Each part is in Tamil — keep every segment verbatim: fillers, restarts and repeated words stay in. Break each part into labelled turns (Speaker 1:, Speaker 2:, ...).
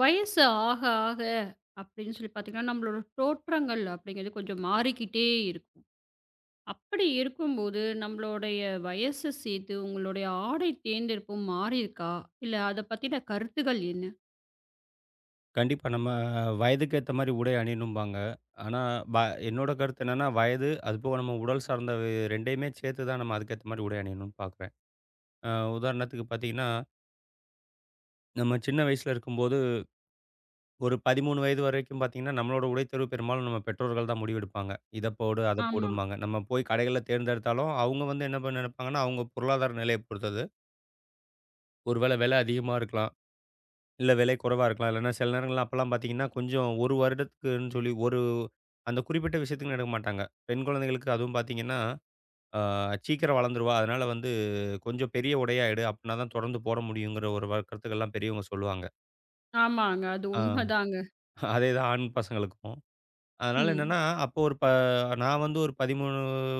Speaker 1: வயசு ஆக, ஆக அப்படின்னு சொல்லி பார்த்தீங்கன்னா, நம்மளோட தோற்றங்கள் அப்படிங்கிறது கொஞ்சம் மாறிக்கிட்டே இருக்கும். அப்படி இருக்கும்போது, நம்மளுடைய வயசு சேர்த்து உங்களுடைய ஆடை தேர்ந்தெடுப்பும் மாறியிருக்கா? இல்ல அத பத்தின கருத்துகள் என்ன?
Speaker 2: கண்டிப்பா. நம்ம வயதுக்கு ஏத்த மாரி உடை அணியணும்பாங்க. ஆனா, வ என்னோட கருத்து என்னன்னா, வயது அதுபோக நம்ம உடல் சார்ந்த வே ரெண்டுமே சேர்த்து தான் நம்ம அதுக்கேத்த மாரி உடை அணியணும்னு பார்க்குறேன். அ உதாரணத்துக்கு பார்த்தீங்கன்னா, நம்ம சின்ன வயசுல இருக்கும்போது ஒரு பதிமூன்று வயது வரைக்கும் பார்த்தீங்கன்னா, நம்மளோட உடைத்தேர்வு பெரும்பாலும் நம்ம பெற்றோர்கள் தான் முடிவெடுப்பாங்க. இத போடு, அத
Speaker 1: ஆமா.
Speaker 2: போடும்பாங்க. நம்ம போய் கடைகள்ல தேர்ந்தெடுத்தாலும், அவங்க வந்து என்ன பண்ண நெனைப்பாங்கன்னா, அவங்க பொருளாதார நிலைய பொறுத்தது. ஒரு வேள விலை அதிகமா இருக்கலாம். இல்ல விலை குறைவா இருக்கலாம். இல்லன்னா சில நேரங்கள்ல அப்பலாம் பார்த்தீங்கன்னா, கொஞ்சம் ஒரு வருடத்துக்குன்னு சொல்லி ஒரு அந்த குறிப்பிட்ட விஷயத்துக்குன்னு எடுக்க மாட்டாங்க. பெண் குழந்தைகளுக்கு அதுவும் பார்த்தீங்கன்னா, ஆ சீக்கிரம் வளர்ந்துருவா. அதனால வந்து கொஞ்சம் பெரிய உடையா எடு. அப்பன்னா தான் தொடர்ந்து போட முடியுங்கிற ஒரு வ கருத்துக்கள்லாம் பெரியவங்க சொல்லுவாங்க.
Speaker 1: ஆமாங்க. அது
Speaker 2: ஆ
Speaker 1: உண்மதாங்க.
Speaker 2: அதேதான் ஆண் பசங்களுக்கும். அதனால
Speaker 1: ம்.
Speaker 2: என்னன்னா, அப்போ ஒரு ப நான் வந்து ஒரு பதிமூன்று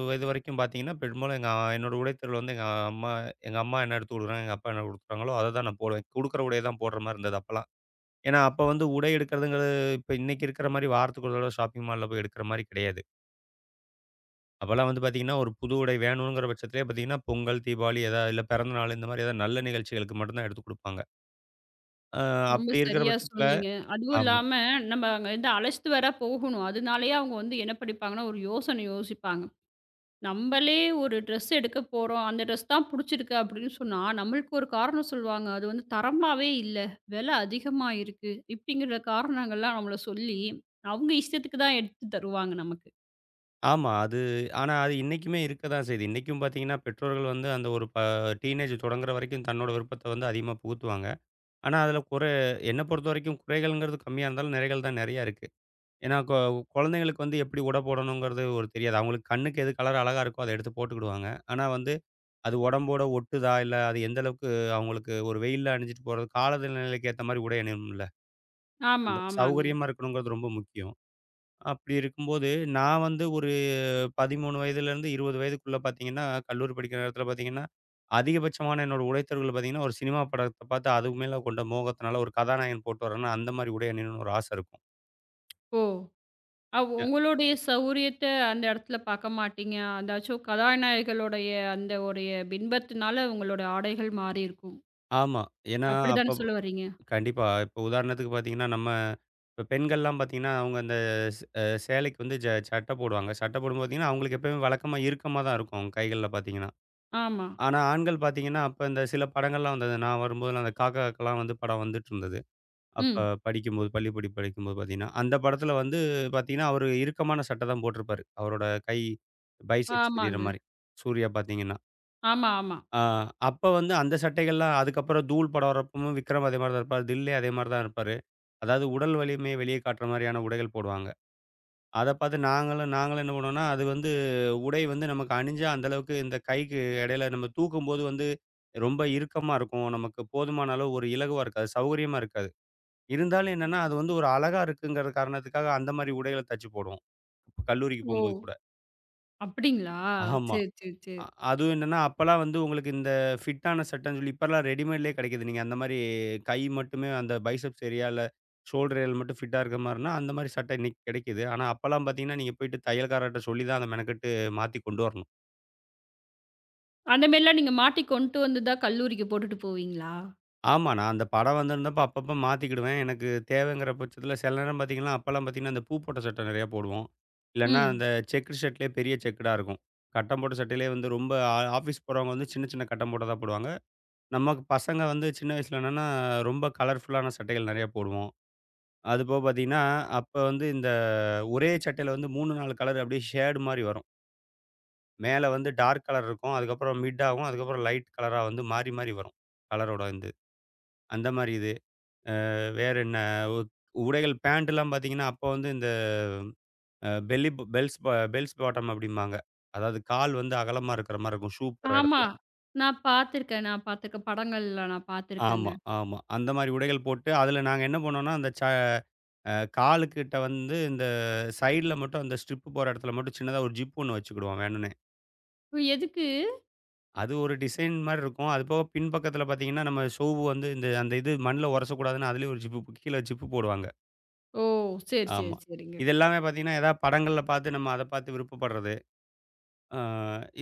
Speaker 2: வயது வரைக்கும் பார்த்தீங்கன்னா, பெரும்பாலும் எங்க என்னோட உடை தேர்வு வந்து எங்க அம்மா எங்க அம்மா என்ன எடுத்து குடுக்குறாங்க, எங்க அப்பா என்ன குடுக்குறாங்களோ, அத தான் நான் போடுவேன். குடுக்குற உடைய தான் போடுற மாரி இருந்தது அப்பலாம். ஏன்னா, அப்ப வந்து உடை எடுக்கிறதுங்கிறது இப்ப இன்னைக்கு இருக்கிற மாரி வாரத்துக்கு ஒரு தடவ ஷாப்பிங் மால்ல போய் எடுக்கிற மாரி கிடையாது. அப்பலாம் வந்து பார்த்தீங்கன்னா, ஒரு புது உடை வேணுங்கிற பட்சத்திலே பார்த்தீங்கன்னா, பொங்கல், தீபாவளி ஏதா இல்ல பிறந்த நாள் இந்த மாரி ஏதாவது நல்ல நிகழ்ச்சிகளுக்கு மட்டும் தான் எடுத்து குடுப்பாங்க. அ
Speaker 1: ரொம்ப
Speaker 2: அப்படி இருக்கிற
Speaker 1: சரியா
Speaker 2: பட்சத்தில
Speaker 1: சொன்னீங்க. அதுவும்
Speaker 2: ஆமா.
Speaker 1: இல்லாம, நம்ம அங்க இருந்து அழைச்சிட்டு வேற போகணும். அதனாலேயே அவங்க வந்து என்ன படிப்பாங்கன்னா, ஒரு யோசனை யோசிப்பாங்க. நம்மளே ஒரு ட்ரெஸ் எடுக்க போறோம். அந்த ட்ரெஸ் தான் புடிச்சிருக்கு அப்படின்னு சொன்னா, நம்மளுக்கு ஒரு காரணம் சொல்லுவாங்க. அது வந்து தரமாவே இல்ல. விலை அதிகமா இருக்கு. இப்படிங்கிற காரணங்கள்லாம் நம்மள சொல்லி, அவங்க இஷ்டத்துக்கு தான் எடுத்து தருவாங்க நமக்கு.
Speaker 2: ஆமா. அது ஆனா அது இன்னைக்குமே இருக்க தான் செய்யுது. இன்னைக்கும் பார்த்தீங்கன்னா, பெற்றோர்கள் வந்து அந்த ஒரு ப டீனேஜ் தொடங்குற வரைக்கும் தன்னோட விருப்பத்த வந்து அதிகமா புகுத்துவாங்க. ஆனா, அதில குறை என்ன பொறுத்தவரைக்கும் குறைகள்ங்கிறது கம்மியா இருந்தாலும், நிறைகள் தான் நெறையா இருக்கு. ஏன்னா, கொ குழந்தைங்களுக்கு வந்து எப்படி உடை போடணுங்கிறது ஒரு தெரியாது. அவங்களுக்கு கண்ணுக்கு எது கலர் அழகா இருக்கோ, அத எடுத்து போட்டுக்கிடுவாங்க. ஆனா வந்து அது உடம்போட ஒட்டுதா, இல்ல அது எந்த அளவுக்கு அவங்களுக்கு ஒரு வெயில்ல அணிஞ்சிட்டு போறது, காலநிலைக்கு ஏத்த மாரி உடை அணியணும்ல.
Speaker 1: ஆமா,
Speaker 2: அந்த
Speaker 1: ஆமாங்க.
Speaker 2: சௌகரியமா இருக்கணுங்கிறது ரொம்ப முக்கியம். அப்படி இருக்கும்போது, நான் வந்து ஒரு பதிமூன்று வயதிலேருந்து இருபது வயதுக்குள்ள பார்த்தீங்கன்னா, கல்லூரி படிக்கிற நேரத்தில பார்த்தீங்கன்னா, அதிகபட்சமான என்னோட உடை தேர்வுகள் பார்த்தீங்கன்னா, ஒரு சினிமா படத்த பார்த்து அதுக்கு மேல கொண்ட மோகத்தினால ஒரு கதாநாயகன் போட்டு வரான்னா, அந்த மாரி உடை அணியணும்னு ஒரு ஆசை இருக்கும்.
Speaker 1: ஓ! அவ்
Speaker 2: அ
Speaker 1: உங்களுடைய சௌரியத்த அந்த இடத்துல பார்க்க மாட்டீங்க. அதாச்சும் கதாநாயகிகளுடைய அந்த உடைய பின்பத்தினால உங்களோட ஆடைகள் மாறியிருக்கும்.
Speaker 2: ஆமா. ஏன்னா அப்ப
Speaker 1: அப்படித்தானே சொல்ல வர்றீங்க?
Speaker 2: கண்டிப்பா. இப்போ உதாரணத்துக்கு பார்த்தீங்கன்னா, நம்ம இப்ப பெண்கள்லாம் பார்த்தீங்கன்னா, அவங்க அந்த ஸ் அ சேலைக்கு வந்து ஜ சட்டை போடுவாங்க. சட்டை போடும்போது பார்த்தீங்கன்னா, அவங்களுக்கு எப்பயுமே வழக்கமா இறுக்கமா தான் இருக்கும். கைகள்ல பார்த்தீங்கன்னா.
Speaker 1: ஆமா.
Speaker 2: ஆனா ஆண்கள் பார்த்தீங்கன்னா, அப்ப இந்த சில படங்கள்லாம் வந்தது. நான் வரும்போதெல்லாம் அந்த காக்கா காக்கலாம் வந்து படம் வந்துட்டுருந்தது. அப்ப
Speaker 1: ம்.
Speaker 2: படிக்கும்போது பள்ளி படிப்பு படிக்கும்போது பார்த்தீங்கன்னா, அந்த படத்துல வந்து பார்த்தீங்கன்னா, அவரு இறுக்கமான சட்டை தான் போட்டிருப்பாரு. அவரோட கை பைசெப்ஸ் தெரியிற
Speaker 1: ஆமாங்க.
Speaker 2: மாரி. சூர்யா பார்த்தீங்கன்னா.
Speaker 1: ஆமா, ஆமா.
Speaker 2: ஆ, அப்ப வந்து அந்த சட்டைகள்லாம் அதுக்கப்புறம் தூள் படம் வரப்பவும் விக்ரம் அதே மாரி தான் இருப்பாரு. தில்லே அதே மாரி தான் இருப்பாரு. அதாவது உடல் வலிமைய வெளிய காட்டுற மாரியான உடைகள் போடுவாங்க. அத பார்த்து நாங்களும் நாங்களும் என்ன பண்ணுவோம்னா, அது வந்து உடை வந்து நமக்கு அணிஞ்சா அந்த அளவுக்கு இந்த கைக்கு இடையில நம்ம தூக்கும்போது வந்து ரொம்ப இறுக்கமா இருக்கும். நமக்கு போதுமான அளவு ஒரு இலகுவா இருக்காது. சௌகரியமா இருக்காது. இருந்தாலும் என்னன்னா, அது வந்து ஒரு அழகா இருக்குங்கிற காரணத்துக்காக அந்த மாரி உடைகள தச்சு போடுவோம். இப்ப கல்லூரிக்கு
Speaker 1: ஓ!
Speaker 2: போம்போது கூட.
Speaker 1: அப்படிங்களா?
Speaker 2: ஆமா.
Speaker 1: சரி, சரி,
Speaker 2: அ
Speaker 1: சரி.
Speaker 2: அதுவும் என்னன்னா, அப்பலாம் வந்து உங்களுக்கு இந்த ஃபிட்டான சட்டைன்னு சொல்லி இப்பலாம் ரெடிமேட்லயே கிடைக்குது. நீங்க அந்த மாரி கை மட்டுமே அந்த பைசெப்ஸ் ஏரியா இல்ல ஷோல்டர் ஏரியால மட்டும் ஃபிட்டா இருக்க மாரினா, அந்த மாரி சட்டை இன்னைக்கு கிடைக்குது. ஆனா அப்பலாம் பார்த்தீங்கன்னா, நீங்க போயிட்டு தையல்காரர்ட்ட சொல்லி தான் அத மெனக்கெட்டு மாத்தி கொண்டு வரணும்.
Speaker 1: அந்த மாரிலாம் நீங்க மாட்டி கொண்டு வந்து தான் கல்லூரிக்கு போட்டுட்டு போவீங்களா?
Speaker 2: ஆமா. நான் அந்த படம் வந்திருந்தப்ப அப்பப்ப மாத்திக்கிடுவேன். எனக்கு தேவைங்கிற பட்சத்தில சில நேரம் பார்த்தீங்கன்னா, அப்பலாம் பார்த்தீங்கன்னா, அந்த பூ போட்ட சட்டை நெறையா போடுவோம். இல்லன்னா
Speaker 1: ம்.
Speaker 2: அந்த செக்குடு ஷர்ட்லயே பெரிய செக்குடா இருக்கும். கட்டம் போட்ட சட்டையிலயே வந்து ரொம்ப ஆ ஆஃபீஸ் போறவங்க வந்து சின்ன சின்ன கட்டம் போட்டதா போடுவாங்க. நமக்கு பசங்க வந்து சின்ன வயசுல என்னன்னா, ரொம்ப கலர்ஃபுல்லான சட்டைகள் நெறைய போடுவோம். அதுபோக பார்த்தீங்கன்னா, அப்ப வந்து இந்த ஒரே சட்டையில வந்து மூணு, நாலு கலர் அப்படியே ஷேடு மாரி வரும். மேல வந்து டார்க் கலர் இருக்கும். அதுக்கப்புறம் மிட் ஆகும். அதுக்கப்புறம் லைட் கலரா வந்து மாறி, மாறி வரும். கலரோட வந்து. அந்த மாரி இது. வேற என்ன உ உடைகள் பேண்ட்லாம் பார்த்தீங்கன்னா, அப்ப வந்து இந்த அ பெல்லி ப பெல்ஸ் ப பெல்ஸ் பாட்டம் அப்படிம்பாங்க. அதாவது கால் வந்து அகலமா இருக்கிற மாரி இருக்கும். ஷூ போடுற
Speaker 1: ஆமா.
Speaker 2: இடத்துல.
Speaker 1: நான் பார்த்துருக்கேன். நான் பார்த்துருக்கேன். படங்கள்ல நான் பார்த்துருக்கேங்க.
Speaker 2: ஆமா, ஆமா. அந்த மாரி உடைகள் போட்டு, அதுல நாங்க என்ன பண்ணோம்னா, அந்த ச அ காலுக்கிட்ட வந்து இந்த சைடுல மட்டும் அந்த ஸ்ட்ரிப் போற இடத்துல மட்டும் சின்னதா ஒரு ஜிப் ஒண்ணு வச்சுக்கிடுவோம் வேணும்னே.
Speaker 1: இப்ப எதுக்கு?
Speaker 2: அது ஒரு டிசைன் மாரி இருக்கும். அது போக பின்பக்கத்துல பார்த்தீங்கன்னா, நம்ம ஷூவு வந்து இந்த அந்த இது மண்ல உரசக்கூடாதுன்னு அதுலயும் ஒரு ஜிப்பு கீழ ஜிப்பு போடுவாங்க.
Speaker 1: ஓ! சரி, சரி,
Speaker 2: ஆமா.
Speaker 1: சரிங்க.
Speaker 2: இது எல்லாமே பார்த்தீங்கன்னா, ஏதாவது படங்கள்ல பார்த்து நம்ம அத பார்த்து விருப்பப்படுறது. அ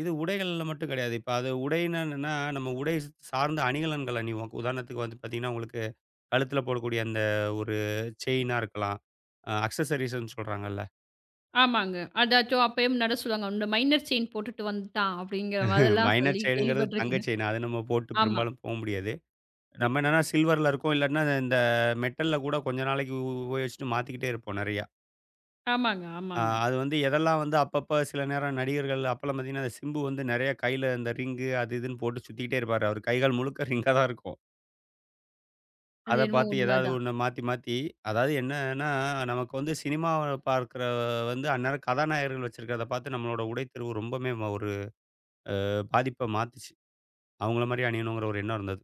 Speaker 2: இது உடைகள்ல மட்டும் கிடையாது. இப்ப அது உடைன்னா என்னன்னா, நம்ம உடை சார்ந்த அணிகலன்கள் அணிவோம். உதாரணத்துக்கு வந்து பார்த்தீங்கன்னா, உங்களுக்கு கழுத்துல போடக்கூடிய அந்த ஒரு செயினா இருக்கலாம். அ அக்சஸரீஸ்ன்னு சொல்றாங்கல்ல.
Speaker 1: ஆமாங்க. அதாச்சும் அப்பயே முன்னாடி சொல்லுவாங்க. இந்த மைனர் செயின் போட்டுட்டு வந்துட்டான் அப்படிங்கிற மாதிரிலாம்
Speaker 2: மைனர்
Speaker 1: சொல்லி
Speaker 2: செயினுங்கிறது தங்க
Speaker 1: கேள்விப்பட்டுருக்கேன்.
Speaker 2: செயின். அது நம்ம போட்டு
Speaker 1: ஆமா.
Speaker 2: பெரும்பாலும் போ முடியாது. நம்ம என்னன்னா சில்வர்ல இருக்கும். இல்லாட்டினா இந்த மெட்டல்ல கூட கொஞ்ச நாளைக்கு உ உபயோகிச்சுட்டு மாத்திக்கிட்டே இருப்போம் நெறையா.
Speaker 1: ஆமாங்க,
Speaker 2: அ
Speaker 1: ஆமாங்க.
Speaker 2: அது வந்து எதெல்லாம் வந்து அப்பப்ப சில நேரம் நடிகர்கள் அப்பலாம் பார்த்தீங்கன்னா, அந்த சிம்பு வந்து நெறைய கையில இந்த ரிங்கு அது இதுன்னு போட்டு சுத்திக்கிட்டே இருப்பாரு. அவர் கைகால் முழுக்க ரிங்கா தான் இருக்கும்.
Speaker 1: அது
Speaker 2: அத
Speaker 1: என்னமோ
Speaker 2: பார்த்து ஏதாவது
Speaker 1: உண்மதான்.
Speaker 2: ஒண்ணு மாத்தி மாத்தி அதாவது என்னன்னா, நமக்கு வந்து சினிமாவ பார்க்கிற வந்து அந்நேரம் கதாநாயகர்கள் வச்சிருக்கிறத பார்த்து நம்மளோட உடைத்தேர்வு ரொம்பவுமே ஒரு பாதிப்ப மாத்துச்சு. அவங்கள மாரி அணியணுங்கிற ஒரு எண்ணம் இருந்தது.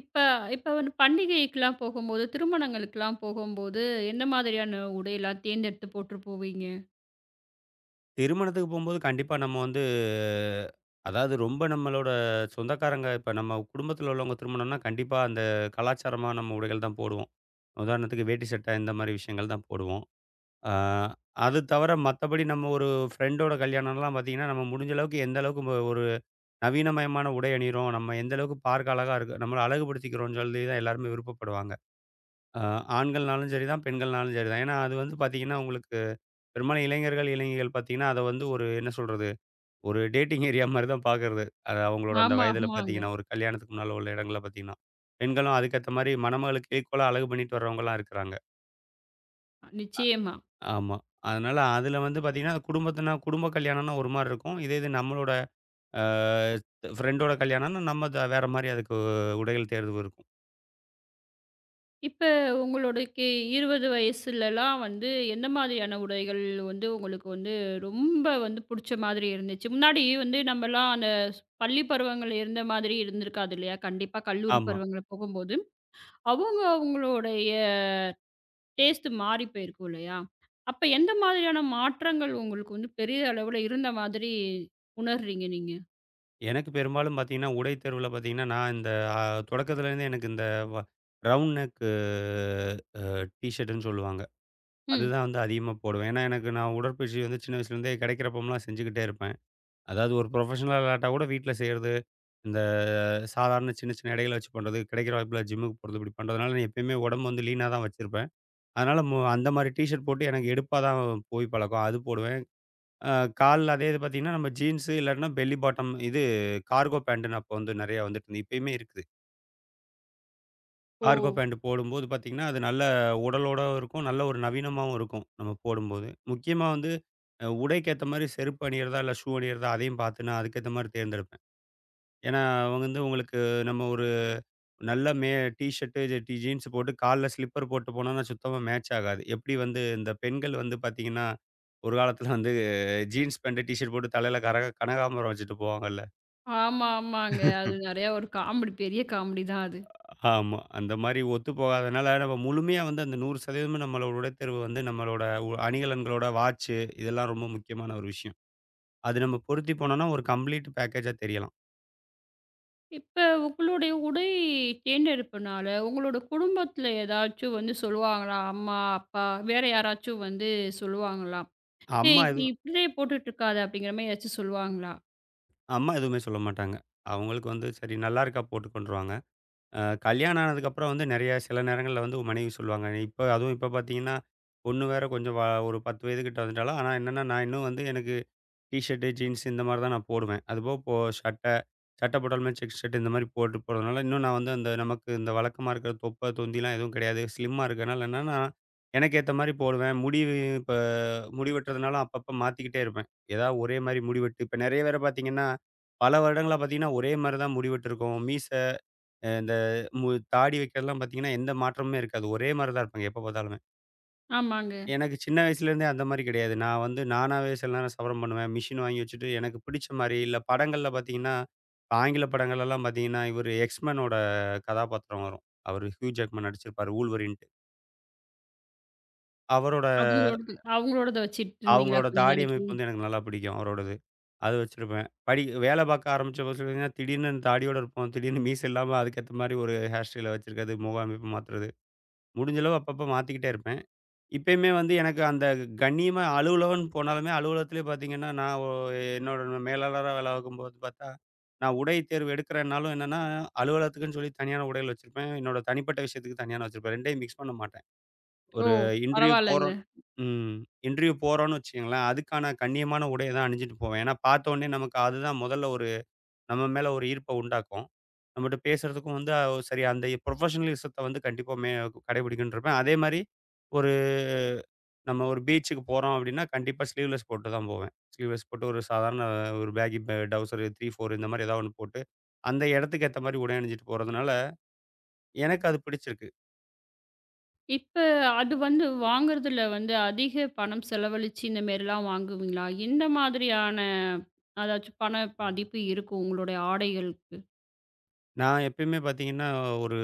Speaker 1: இப்ப இப்ப வந்து பண்டிகைக்குலாம் போகும்போது, திருமணங்களுக்குலாம் போகும்போது, என்ன மாதிரியான உடையெல்லாம் தேர்ந்தெடுத்து போட்டு போவீங்க?
Speaker 2: திருமணத்துக்கு போம்போது கண்டிப்பா நம்ம வந்து, அதாவது ரொம்ப நம்மளோட சொந்தக்காரங்க இப்ப நம்ம குடும்பத்தில உள்ளவங்க திருமணம்னா, கண்டிப்பா அந்த கலாச்சாரமா நம்ம உடைகள் தான் போடுவோம். உதாரணத்துக்கு வேட்டி சட்டை இந்த மாரி விஷயங்கள் தான் போடுவோம். ஆ அது தவிர மத்தபடி நம்ம ஒரு ஃப்ரெண்டோட கல்யாணம்லாம் பார்த்தீங்கன்னா, நம்ம முடிஞ்ச அளவுக்கு எந்த அளவுக்கு ம ஒரு நவீனமயமான உடை அணியிறோம், நம்ம எந்த அளவுக்கு பார்க்க அழகா இருக்கு நம்மள அழகுபடுத்திக்கிறோம்னு சொல்லி தான் எல்லாருமே விருப்பப்படுவாங்க. ஆ ஆண்கள்னாலும் சரி தான், பெண்கள்னாலும் சரி தான். ஏன்னா, அது வந்து பார்த்தீங்கன்னா, உங்களுக்கு பெரும்பாலும் இளைஞர்கள், இளைஞிகள் பார்த்தீங்கன்னா, அத வந்து ஒரு என்ன சொல்றது? ஒரு டேட்டிங் ஏரியா மாரி தான் பார்க்கறது. அது அவங்களோட அந்த
Speaker 1: ஆமா,
Speaker 2: வயதில
Speaker 1: ஆமாங்க.
Speaker 2: பார்த்தீங்கன்னா, ஒரு கல்யாணத்துக்கு முன்னால உள்ள இடங்கள்ல பார்த்தீங்கன்னா, பெண்களும் அதுக்கேத்த மாரி மணமகளுக்கு ஈக்குவலா அழகு பண்ணிட்டு வர்றவங்கலாம் இருக்கிறாங்க.
Speaker 1: நிச்சயமா.
Speaker 2: ஆமா. அதனால அதுல வந்து பார்த்தீங்கன்னா, குடும்பத்துனா குடும்ப கல்யாணம்னா ஒரு மாரி இருக்கும். இதே இது நம்மளோட அ ஃப்ரெண்டோட கல்யாணம்னா நம்ம த வேற மாரி அதுக்கு உடைகள் தேர்வு இருக்கும்.
Speaker 1: இப்ப உங்களுக்கு இருபது வயசுலலாம் வந்து எந்த மாதிரியான உடைகள் வந்து உங்களுக்கு வந்து ரொம்ப வந்து புடிச்ச மாதிரி இருந்துச்சு? முன்னாடி வந்து நம்மலாம் அந்த ஸ்- பள்ளி பருவங்கள் இருந்த மாதிரி இருந்திருக்காது இல்லையா? கண்டிப்பா கல்லூரி
Speaker 2: ஆமா.
Speaker 1: பருவங்கள போகும்போது, அவங்க அவங்களுடைய டேஸ்ட் மாறி போயிருக்கும் இல்லையா? அப்ப எந்த மாதிரியான மாற்றங்கள் உங்களுக்கு வந்து பெரிய அளவுல இருந்த மாதிரி உணர்றீங்க நீங்க?
Speaker 2: எனக்கு பெரும்பாலும் பார்த்தீங்கன்னா, உடை தேர்வுல பார்த்தீங்கன்னா, நான் இந்த அ தொடக்கத்துலேருந்தே எனக்கு இந்த வ ரவுண்ட் நெக் அ டீ ஷர்ட்டுன்னு சொல்லுவாங்க.
Speaker 1: ம்.
Speaker 2: அதுதான் வந்து அதிகமா போடுவேன். ஏன்னா, எனக்கு நான் உடற்பயிற்சி வந்து சின்ன வயசுலேருந்தே கிடைக்கிறப்போம்லாம் செஞ்சுக்கிட்டே இருப்பேன். அதாவது ஒரு ப்ரொஃபஷனல் விளையாட்டா கூட வீட்ல செய்றது, இந்த சாதாரண சின்ன சின்ன இடைகள வச்சு பண்றது, கிடைக்கிற வாய்ப்புல ஜிம்முக்கு போறது இப்படி பண்றதுனால நான் எப்பயுமே உடம்பு வந்து லீனா தான் வச்சிருப்பேன். அதனால மு அந்த மாரி டீ ஷர்ட் போட்டு எனக்கு எடுப்பா தான் போய் பழக்கம். அது போடுவேன். அ கால்ல அதே இது பார்த்தீங்கன்னா, நம்ம ஜீன்ஸு இல்லாட்டினா பெல்லி பாட்டம் இது கார்கோ பேண்ட்டுன்னு அப்போ வந்து நெறையா வந்துட்டுருந்தது. இப்பயுமே இருக்குது.
Speaker 1: ஓ!
Speaker 2: கார்கோ பேண்ட் போடும்போது பார்த்தீங்கன்னா, அது நல்ல உடலோடவும் இருக்கும். நல்ல ஒரு நவீனமாவும் இருக்கும். நம்ம போடும்போது. முக்கியமா வந்து அ உடைக்கேத்த மாரி செருப்பு அணியிறதா, இல்ல ஷூ அணியிறதா அதையும் பார்த்து நான் அதுக்கேத்த மாரி தேர்ந்தெடுப்பேன். ஏன்னா, அவங்க வந்து உங்களுக்கு நம்ம ஒரு நல்ல மே டீ ஷர்ட்டு, டி ஜீன்ஸ் போட்டு கால்ல ஸ்லிப்பர் போட்டு போனோம்னா சுத்தமா மேட்ச் ஆகாது. எப்படி வந்து இந்த பெண்கள் வந்து பார்த்தீங்கன்னா, ஒரு காலத்தில வந்து ஜீன்ஸ் பேண்ட், டி ஷர்ட் போட்டு தலையில கரக கனகாம்பரம் வச்சுட்டு போவாங்கல்ல.
Speaker 1: ஆமா, ஆமாங்க. அது நெறையா ஒரு காமெடி பெரிய காமெடி தான் அது.
Speaker 2: ஆமா. அந்த மாரி ஒத்து போகாதனால நம்ம முழுமையா வந்து அந்த நூறு சதவீதம் நம்மளோட உடைத்தேர்வு வந்து நம்மளோட உ அணிகலன்களோட வாட்சு இதெல்லாம் ரொம்ப முக்கியமான ஒரு விஷயம். அது நம்ம பொருத்தி போனோம்னா ஒரு கம்ப்ளீட் பேக்கேஜா தெரியலாம்.
Speaker 1: இப்ப உங்களுடைய உடை தேர்ந்தெடுப்புனால, உங்களோட குடும்பத்துல ஏதாச்சும் வந்து சொல்லுவாங்களா? அம்மா, அப்பா வேற யாராச்சும் வந்து சொல்லுவாங்களா?
Speaker 2: அம்மா
Speaker 1: "ஏய்! நீ
Speaker 2: எதுவும்
Speaker 1: இப்படியே போட்டுட்டு இருக்காத." அப்படிங்கிற மாரி ஏதாச்சும் சொல்லுவாங்களா?
Speaker 2: அம்மா எதுவுமே சொல்ல மாட்டாங்க. அவங்களுக்கு வந்து சரி நல்லா இருக்கா போட்டுக்கோன்றுவாங்க. அ கல்யாணம் ஆனதுக்கப்புறம் வந்து நெறைய சில நேரங்கள்ல வந்து மனைவி சொல்லுவாங்க. இப்ப அதுவும் இப்ப பார்த்தீங்கன்னா, பொண்ணு வேற கொஞ்சம் வ ஒரு பத்து வயது கிட்ட வந்துட்டாளா, ஆனா என்னன்னா நான் இன்னும் வந்து எனக்கு டீ ஷர்ட்டு, ஜீன்ஸ் இந்த மாரி தான் நான் போடுவேன். அதுபோக இப்போ சட்டை, சட்டை போட்டாலுமே செக் ஷர்ட் இந்த மாரி போட்டு போறதுனால, இன்னும் நான் வந்து அந்த நமக்கு இந்த வழக்கமா இருக்கிற தொப்பை, தொந்திலாம் எதுவும் கிடையாது. ஸ்லிம்மா இருக்கனால என்னன்னா, எனக்கு ஏத்த மாரி போடுவேன். முடி இப்ப முடி வெட்டுறதுனால அப்பப்ப மாத்திக்கிட்டே இருப்பேன். ஏதாவது ஒரே மாரி முடி வெட்டு இப்ப நெறைய பேர பார்த்தீங்கன்னா, பல வருடங்களா பார்த்தீங்கன்னா, ஒரே மாரி தான் முடி வெட்டிருக்கும். மீசை, அ இந்த மு தாடி வைக்கிறதெல்லாம் பார்த்தீங்கன்னா, எந்த மாற்றமுமே இருக்காது. ஒரே மாரி தான் இருப்பாங்க எப்ப பார்த்தாலும்.
Speaker 1: ஆமாங்க.
Speaker 2: எனக்கு சின்ன வயசுலேருந்தே அந்த மாரி கிடையாது. நான் வந்து நானாவே சில நேரம் சவரம் பண்ணுவேன். மிஷின் வாங்கி வச்சுட்டு எனக்கு பிடிச்ச மாரி, இல்ல படங்கள்ல பார்த்தீங்கன்னா, இப்ப ஆங்கில படங்கள்லலாம் பார்த்தீங்கன்னா, இவரு எக்ஸ்மேனோட கதாபாத்திரம் வரும். அவரு ஹியூ ஜாக்மன் நடிச்சிருப்பாரு வூல்வரின்ட்டு. அவரோட
Speaker 1: அவங்களோடது அவங்களோடத வச்சுட்டு இருந்தீங்களா
Speaker 2: அவங்களோட
Speaker 1: கொஞ்ச
Speaker 2: தாடி
Speaker 1: நாளைக்கு?
Speaker 2: அமைப்பு வந்து எனக்கு நல்லா பிடிக்கும் அவரோடது. அது வச்சிருப்பேன். படி வேலை பார்க்க ஆரம்பிச்ச புதுசுல பார்த்தீங்கன்னா, திடீர்னு தாடியோட இருப்போம். திடீர்னு மீசை இல்லாம அதுக்கேத்த மாரி ஒரு ஹேர் ஸ்டைல வச்சிருக்கிறது, முக அமைப்பு மாத்துறது. முடிஞ்ச அளவு அப்பப்ப மாத்திக்கிட்டே இருப்பேன். இப்பயுமே வந்து எனக்கு அந்த கண்ணியமா அலுவலகம்னு போனாலுமே, அலுவலகத்திலே பார்த்தீங்கன்னா, நான் ஒ என்னோட மேலாளரா வேலை பார்க்கும்போது பார்த்தா, நான் உடை தேர்வு எடுக்கிறேன்னாலும் என்னன்னா, அலுவலகத்துக்குன்னு சொல்லி தனியான உடைகள் வச்சிருப்பேன். என்னோட தனிப்பட்ட விஷயத்துக்கு தனியான வச்சிருப்பேன். ரெண்டையும் மிக்ஸ் பண்ண மாட்டேன்.
Speaker 1: ஓ!
Speaker 2: ஒரு இன்டர்வியூ
Speaker 1: பரவால்லங்க.
Speaker 2: போறோம் ம். இன்டர்வியூ போறோம்ன்னு வச்சுக்கங்களேன், அதுக்கான கண்ணியமான உடைய தான் அணிஞ்சுட்டு போவேன். ஏன்னா பார்த்தோனே நமக்கு அதுதான் முதல்ல ஒரு நம்ம மேல ஒரு ஈர்ப்ப உண்டாக்கும். நம்மட்ட பேசுறதுக்கும் வந்து அ சரி அந்த ப்ரொஃபஷனலிசத்த வந்து கண்டிப்பா மே கடைபிடிக்கணுன்ருப்பேன். அதே மாரி ஒரு நம்ம ஒரு பீச்சுக்கு போறோம் அப்டின்னா, கண்டிப்பா ஸ்லீவ்லெஸ் போட்டு தான் போவேன். ஸ்லீவ்லெஸ் போட்டு ஒரு சாதாரண ஒரு பேகி ப டவுசர் மூன்று, நான்கு இந்த மாரி ஏதாவது ஒண்ணு போட்டு, அந்த இடத்துக்கு ஏத்த மாரி உடை அணிஞ்சிட்டு போறதுனால, எனக்கு அது பிடிச்சிருக்கு.
Speaker 1: இப்ப அது வந்து வாங்குறதுல வந்து அதிக பணம் செலவழிச்சு இந்த மாரிலாம் வாங்குவீங்களா? எந்த மாதிரியான அதாச்சும் பண மதிப்பு இருக்கும் உங்களுடைய ஆடைகளுக்கு?
Speaker 2: நான் எப்பயுமே பார்த்தீங்கன்னா, ஒரு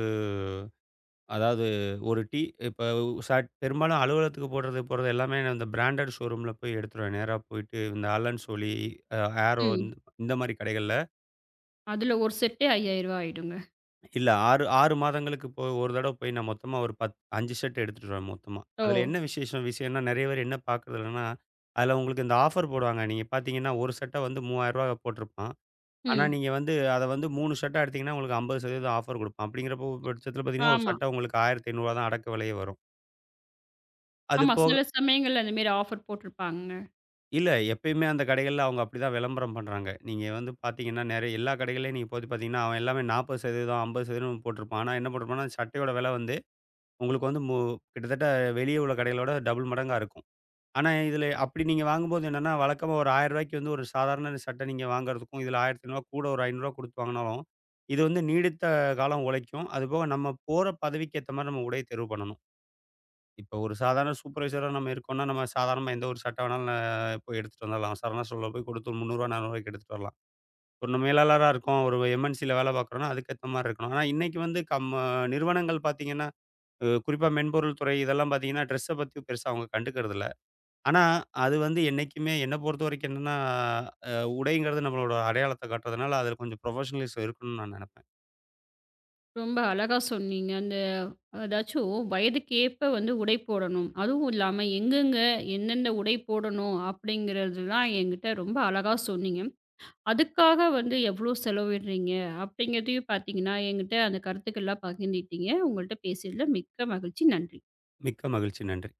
Speaker 2: அதாவது ஒரு டீ இப்ப சட் பெரும்பாலும் அலுவலகத்துக்கு போடுறது, போடுறது எல்லாமே நான் இந்த பிராண்டட் ஷோரூம்ல போய் எடுத்துருவேன். நேரா போயிட்டு இந்த ஆலன் சோலி, அ ஆரோ
Speaker 1: ம்.
Speaker 2: இந்த இந்த மாரி கடைகள்ல.
Speaker 1: அதுல ஒரு செட்டே ரூ. ஐயாயிரம் ஆயிடுங்க.
Speaker 2: இல்ல ஆறு ஆறு மாதங்களுக்கு இப்போ ஒரு தடவ போய் நான் மொத்தமா ஒரு பத் அஞ்சு ஷர்ட் எடுத்துட்டு வருவேன் மொத்தமா.
Speaker 1: ஓ!
Speaker 2: அதுல என்ன விசேஷம் விஷயம்னா நெறைய பேர் என்ன பார்க்கறது இல்லன்னா, அதுல உங்களுக்கு இந்த ஆஃபர் போடுவாங்க. நீங்க பார்த்தீங்கன்னா, ஒரு ஷர்ட்ட வந்து ரூ. மூவாயிரம் போட்டிருப்பான். ஆனா
Speaker 1: ம்.
Speaker 2: நீங்க வந்து அத வந்து மூணு ஷர்ட்டா எடுத்தீங்கன்னா, உங்களுக்கு ஐம்பது சதவீதம் ஆஃபர் குடுப்பான். அப்படிங்கிறப்போ பட்சத்தில பார்த்தீங்கன்னா, ஒரு
Speaker 1: ஆமா.
Speaker 2: சட்டை உங்களுக்கு ரூ. ஆயிரத்தி ஐநூறு தான் அடக்க விலையே வரும். அது
Speaker 1: ஆமா.
Speaker 2: போக
Speaker 1: சில சமயங்கள்ல அந்த மாரி ஆஃபர் போட்டுருப்பாங்க.
Speaker 2: இல்ல. எப்பயுமே அந்த கடைகள்ல அவங்க அப்படிதான் விளம்பரம் பண்றாங்க. நீங்க வந்து பார்த்தீங்கன்னா, நெறைய எல்லா கடைகள்லயும் நீங்க போய் பார்த்தீங்கன்னா, அவன் எல்லாமே நாற்பது சதவீதம் ஐம்பது சதவீதம் போட்டிருப்பான். ஆனா என்ன போட்டிருப்பான்னா, அந்த சட்டையோட விலை வந்து உங்களுக்கு வந்து மு கிட்டத்தட்ட வெளியே உள்ள கடைகளோட டபுள் மடங்கா இருக்கும். ஆனா இதில அப்படி நீங்க வாங்கும்போது என்னன்னா, வழக்கமா ஒரு ரூ. ஆயிரம் வந்து ஒரு சாதாரண சட்டை நீங்க வாங்குறதுக்கும், இதில ரூ. ஆயிரத்தி ஐநூறு கூட ஒரு ரூ. ஐநூறு குடுத்து வாங்குனாலும், இது வந்து நீடித்த காலம் உழைக்கும். அதுபோக நம்ம போற பதவிக்கு ஏத்த மாரி நம்ம உடைய தேர்வு பண்ணணும். இப்ப ஒரு சாதாரண சூப்பர்வைசரா நம்ம இருக்கோம்னா, நம்ம சாதாரணமா எந்த ஒரு சட்டை வேணாலும் ந போய் எடுத்துட்டு வந்துரலாம். சரவணா ஸ்டோர்ல போய் கொடுத்து ரூ. முந்நூறு ரூ. நானூறுக்கு எடுத்துட்டு வரலாம். ஒரு மேலாளரா இருக்கோம். ஒரு எம்என்சில வேலை பார்க்குறோம்னா, அதுக்கேத்த மாரி இருக்கணும். ஆனா, இன்னைக்கு வந்து கம் அஹ், நிறுவனங்கள் பார்த்தீங்கன்னா, அ குறிப்பா மென்பொருள் துறை இதெல்லாம் பார்த்தீங்கன்னா, ட்ரெஸ்ஸ பத்தி பெருசா அவங்க கண்டுக்கிறதில்ல. ஆனா, அது வந்து என்னைக்குமே என்ன பொறுத்தவரைக்கும் என்னன்னா, அ உடைங்கிறது நம்மளோட அடையாளத்த காட்டுறதுனால, அதுல கொஞ்சம் புரொஃபஷனலிசம் இருக்கணும்னு நான் நெனைப்பேன்.
Speaker 1: ரொம்ப அழகா சொன்னீங்க. அந்த அதாச்சும் வயதுக்கேற்ப வந்து உடை போடணும். அதுவும் இல்லாம எங்கெங்க, எந்தெந்த உடை போடணும் அப்படிங்கிறதுலாம் என்கிட்ட ரொம்ப அழகா சொன்னீங்க. அதுக்காக வந்து எவ்வளோ செலவிடுறீங்க அப்படிங்கிறதையும் பார்த்தீங்கன்னா, என்கிட்ட அந்த கருத்துக்கள்லாம் பகிர்ந்துக்கிட்டீங்க. உங்கள்ட்ட பேசியதில மிக்க மகிழ்ச்சி. நன்றி.
Speaker 2: மிக்க மகிழ்ச்சி. நன்றி.